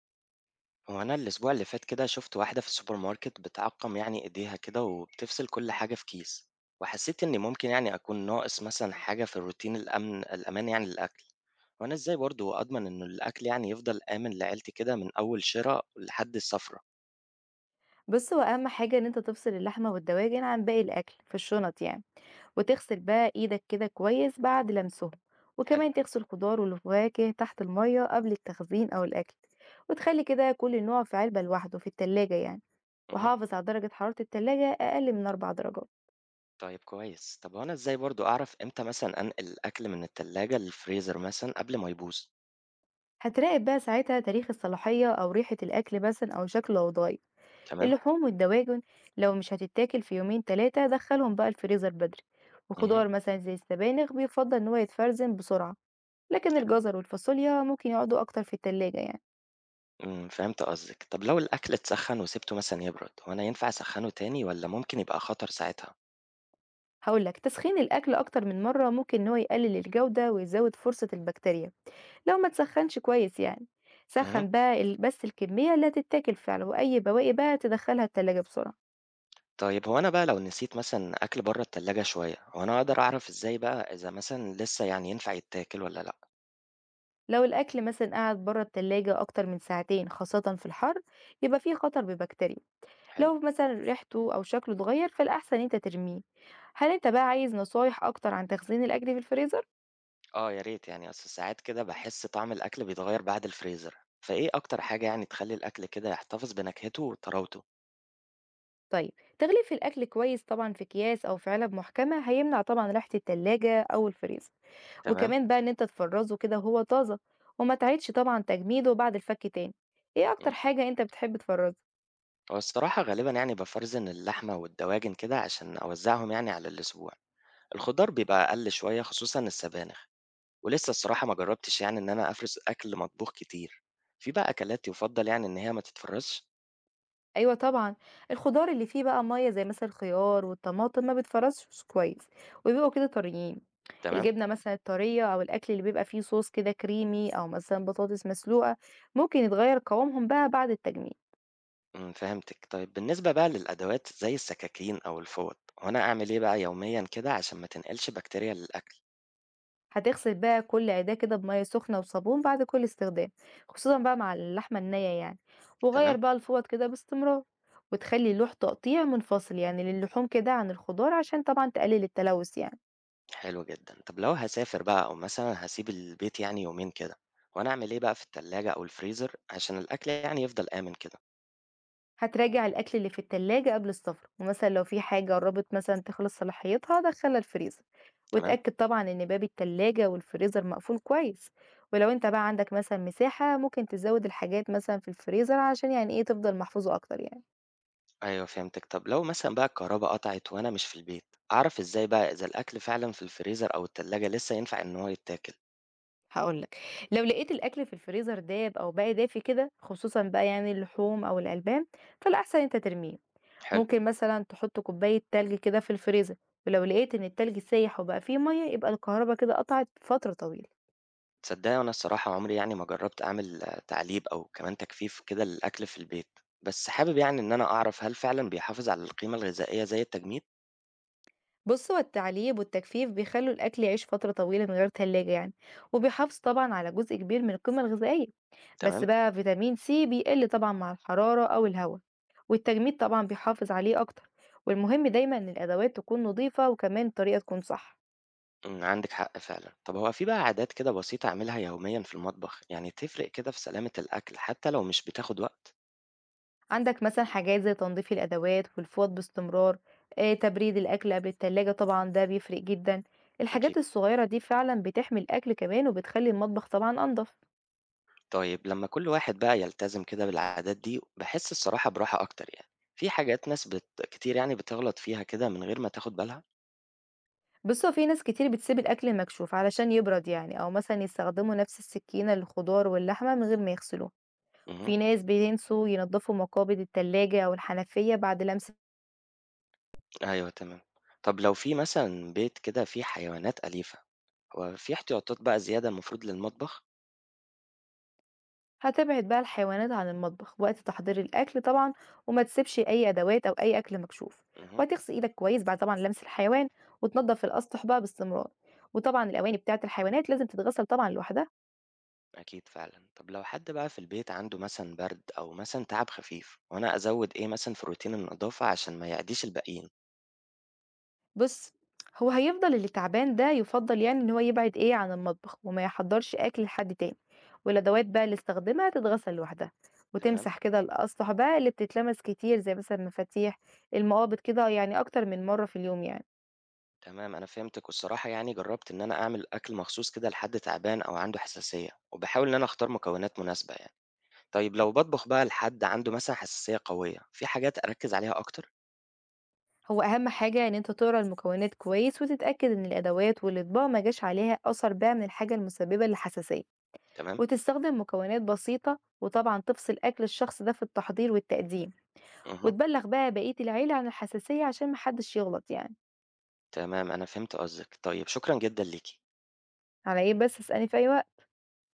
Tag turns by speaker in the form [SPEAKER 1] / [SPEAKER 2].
[SPEAKER 1] هو أنا الأسبوع اللي فات كده شفت واحدة في السوبر ماركت بتعقم يعني إيديها كده، وبتفصل كل حاجة في كيس. وحسيت إني ممكن يعني أكون ناقص مثلا حاجة في الروتين الأمان يعني للأكل. وأنا إزاي برضو أضمن إنه الأكل يعني يفضل آمن لعيلتي كده من أول شراء لحد السفرة؟
[SPEAKER 2] بص، هو اهم حاجه ان انت تفصل اللحمه والدواجن عن باقي الاكل في الشنط يعني. وتغسل بقى ايدك كده كويس بعد لمسهم.
[SPEAKER 1] حلو.
[SPEAKER 2] وكمان تغسل الخضار والفواكه تحت الميه قبل التخزين او الاكل. وتخلي كده كل نوع في علبه لوحده في التلاجة يعني.
[SPEAKER 1] مه.
[SPEAKER 2] وحافظ على درجه حراره التلاجة اقل من 4 درجات.
[SPEAKER 1] طيب كويس. طب وأنا إزاي برضو أعرف إمتى مثلا أنقل الأكل من التلاجة للفريزر مثلا قبل ما يبوظ؟
[SPEAKER 2] هتراقب بقى ساعتها تاريخ الصلاحيه او ريحه الاكل مثلا او شكله لو اتغير.
[SPEAKER 1] تمام.
[SPEAKER 2] اللحوم والدواجن لو مش هتتاكل في يومين تلاتة دخلهم بقى الفريزر بدري.
[SPEAKER 1] مه.
[SPEAKER 2] وخضار مثلا زي السبانخ بيفضل ان هو يتفرزن بسرعة. لكن الجزر والفاصوليا ممكن يقعدوا اكتر في التلاجة يعني.
[SPEAKER 1] فهمت قصدِك. طب لو الأكل اتسخّن وسِبته مثلًا يبرد، هو أنا ينفع أسخّنه تاني والّا ممكن يبقى خطر ساعتها؟
[SPEAKER 2] هقولك، تسخين الاكل اكتر من مرة ممكن ان هو يقلل الجودة ويزود فرصة البكتيريا لو ما تسخنش كويس يعني.
[SPEAKER 1] اهم.
[SPEAKER 2] سخن بقى بس الكمية اللي هتتاكل فعلا، واي بواقي بقى تدخلها التلاجة بسرعة.
[SPEAKER 1] طيب هو أنا بقى لو نسيت مثلًا أكل برّه التلاجة شوية، هو أنا أقدر أعرف إزاي بقى إذا مثلًا لسه يعني ينفع يتاكل والّا لأ؟
[SPEAKER 2] لو الاكل مثلا قعد بره التلاجة اكتر من ساعتين خاصة في الحر، يبقى فيه خطر ببكتيريا.
[SPEAKER 1] حلو.
[SPEAKER 2] لو مثلا ريحته أو شكله اتغير فالأحسن أنت ترميه. هل أنت بقى عايز نصايح أكتر عن تخزين الأكل في الفريزر؟
[SPEAKER 1] آه، يا ريت يعني، أصل ساعات كده باحس طعم الأكل بيتغيّر بعد الفريزر، فإيه أكتر حاجة يعني تخلّي الأكل كده يحتفظ بنكهته وطراوته؟
[SPEAKER 2] طيب، تغليف الأكل كويس طبعا في أكياس أو في علب محكمة هيمنع طبعا ريحة التلاجة أو الفريزر.
[SPEAKER 1] تمام.
[SPEAKER 2] وكمان بقى إن أنت تفرزه كده وهو طازة، وما تعيدش طبعا تجميده بعد الفك تاني. إيه أكتر
[SPEAKER 1] إمم.
[SPEAKER 2] حاجة أنت بتحب تفرزها؟
[SPEAKER 1] هو الصراحة غالبًا يعني بافرزن اللحمة والدواجن كده عشان أوزّعهم يعني على الأسبوع. الخضار بيبقى أقل شوية خصوصًا السبانخ. ولسه الصراحة ما جرّبتش يعني إن أنا أفرِز أكل مطبوخ كتير، في بقى أكلات يُفضّل يعني إن هي ما تتفرّزش.
[SPEAKER 2] أيوة طبعا. الخضار اللي فيه بقى مية زي مثلا الخيار والطماطم ما بتفرزش كويس، وبيبقوا كده طريين.
[SPEAKER 1] تمام.
[SPEAKER 2] الجبنة مثلًا الطرية أو الأكل اللي بيبقى فيه صوص كده كريمي أو مثلًا بطاطس مسلوقة، ممكن يتغيّر قوامهم بقى بعد التجميد.
[SPEAKER 1] فهمتِك. طيب بالنسبة بقى للأدوات زي السكاكين أو الفوط، هو أنا أعمل إيه بقى يوميًا كده عشان ما تنقلش بكتيريا للأكل؟
[SPEAKER 2] هتغسل بقى كل عِداية كده بمَيّة سخنة وصابون بعد كل استخدام، خصوصًا بقى مع اللحمة النية يعني، وغيّر
[SPEAKER 1] تمام.
[SPEAKER 2] بقى الفوط كده باستمرار، وتخلّي لوح تقطيع منفصل يعني للحوم كده عن الخضار عشان طبعًا تقلل التلوث يعني.
[SPEAKER 1] حلو جدًا. طب لو هاسافر بقى أو مثلًا هاسيب البيت يعني يومين كده، هو أنا أعمل إيه بقى في التلاجة أو الفريزر عشان الأكل يعني يفضل آمن كده؟
[SPEAKER 2] هتراجع الأكل اللي في التلاجة قبل السفر، ومثلا لو في حاجة قربت مثلا تخلص صلاحيتها دخلها الفريزر.
[SPEAKER 1] تمام.
[SPEAKER 2] وتأكد طبعا إن باب التلاجة والفريزر مقفول كويس. ولو انت بقى عندك مثلا مساحة، ممكن تزود الحاجات مثلا في الفريزر عشان يعني ايه تفضل محفوظة أكتر يعني.
[SPEAKER 1] أيوه، فهمتِك. طب لو مثلًا بقى الكهربا قطعت وأنا مش في البيت، أعرف إزاي بقى إذا الأكل فعلًا في الفريزر أو التلاجة لسه ينفع إن هو يتاكل؟
[SPEAKER 2] هقولك، لو لقيت الأكل في الفريزر داب أو بقى دافي كده، خصوصا بقى يعني اللحوم أو الألبان، فالأحسن انت ترميه.
[SPEAKER 1] حلو.
[SPEAKER 2] ممكن مثلا تحط كوباية تلج كده في الفريزر، ولو لقيت إن التلج سايح وبقى فيه مية يبقى الكهرباء كده قطعت فترة طويلة.
[SPEAKER 1] تصدقي، وأنا الصراحة عمري يعني ما جربت أعمل تعليب أو كمان تجفيف كده للأكل في البيت، بس حابب يعني إن أنا أعرف هل فعلًا بيحافظ على القيمة الغذائية زي التجميد؟
[SPEAKER 2] بص، هو التعليب والتجفيف بيخلوا الأكل يعيش فترة طويلة من غير تلاجة يعني، وبيحافظ طبعا على جزء كبير من القيمة الغذائية. بس
[SPEAKER 1] تمام.
[SPEAKER 2] بقى فيتامين سي بيقل طبعا مع الحرارة أو الهواء، والتجميد طبعا بيحافظ عليه أكتر. والمهم دايما إن الأدوات تكون نظيفة، وكمان الطريقة تكون صح.
[SPEAKER 1] عندِك حق فعلًا. طب هو في بقى عادات كده بسيطة أعملها يوميًا في المطبخ، يعني تفرق كده في سلامة الأكل حتى لو مش بتاخد وقت؟
[SPEAKER 2] عندك مثلا حاجات زي تنظيف الأدوات والفوط باستمرار، آه، تبريد الأكل قبل التلاجة طبعا، ده بيفرق جدا.
[SPEAKER 1] أكيد.
[SPEAKER 2] الحاجات الصغيرة دي فعلا بتحمي الأكل كمان وبتخلي المطبخ طبعا أنضف.
[SPEAKER 1] طيب لما كل واحد بقى يلتزم كده بالعادات دي بحس الصراحة براحة أكتر يعني. في حاجات ناس كتير يعني بتغلط فيها كده من غير ما تاخد بالها.
[SPEAKER 2] بُص، هو في ناس كتير بتسيب الأكل المكشوف علشان يبرد يعني، أو مثلًا يستخدموا نفس السكينة للخضار واللحمة من غير ما يغسلوه.
[SPEAKER 1] مهم.
[SPEAKER 2] في ناس بينسوا ينضفوا مقابض التلاجة أو الحنفية بعد لمسة.
[SPEAKER 1] أيوه تمام. طب لو في مثلا بيت كده فيه حيوانات أليفة، وفي احتياطات بقى زيادة المفروض للمطبخ؟
[SPEAKER 2] هتبعد بقى الحيوانات عن المطبخ وقت تحضير الأكل طبعًا، وما تسيبش أي أدوات أو أي أكل مكشوف.
[SPEAKER 1] مهم.
[SPEAKER 2] وهتغسل إيدك كويس بعد طبعًا لمس الحيوان، وتنضف الأسطح بقى باستمرار، وطبعًا الأواني بتاعة الحيوانات لازم تتغسل طبعًا لوحدها.
[SPEAKER 1] أكيد فعلا. طب لو حد بقى في البيت عنده مثلا برد أو مثلا تعب خفيف، وأنا أزود إيه مثلا في روتين النظافة عشان ما يعديش الباقيين؟
[SPEAKER 2] بُص، هو هيفضل اللي تعبان ده يُفضّل يعني إن هو يبعد إيه، عن المطبخ وما يحضّرش أكل لحد تاني. والأدوات بقى اللي استخدمها تتغسل لوحدها،
[SPEAKER 1] تمام.
[SPEAKER 2] وتمسح كده الأسطح بقى اللي بتتلمس كتير زي مثلًا المفاتيح، المقابض كده يعني أكتر من مرّة في اليوم يعني.
[SPEAKER 1] تمام أنا فهمتِك. والصراحة يعني جرّبت إن أنا أعمل أكل مخصوص كده لحد تعبان أو عنده حساسية، وباحاول إن أنا أختار مكونات مناسبة يعني. طيب لو باطبخ بقى لحد عنده مثلًا حساسية قوية، في حاجات أركّز عليها أكتر؟
[SPEAKER 2] هو أهم حاجة إن أنت تقرا المكونات كويس وتتأكد إن الأدوات والأطباق ما جاش عليها أثر بقى من الحاجة المسببة للحساسية،
[SPEAKER 1] تمام.
[SPEAKER 2] وتستخدم مكونات بسيطة، وطبعًا تفصل أكل الشخص ده في التحضير والتقديم.
[SPEAKER 1] اهم.
[SPEAKER 2] وتبلّغ بقى بقية العيلة عن الحساسية عشان ما حدّش يغلط يعني.
[SPEAKER 1] تمام أنا فهمت قصدِك. طيب شكرًا جدًا ليكِ.
[SPEAKER 2] على إيه بس؟ اسألني في أي وقت.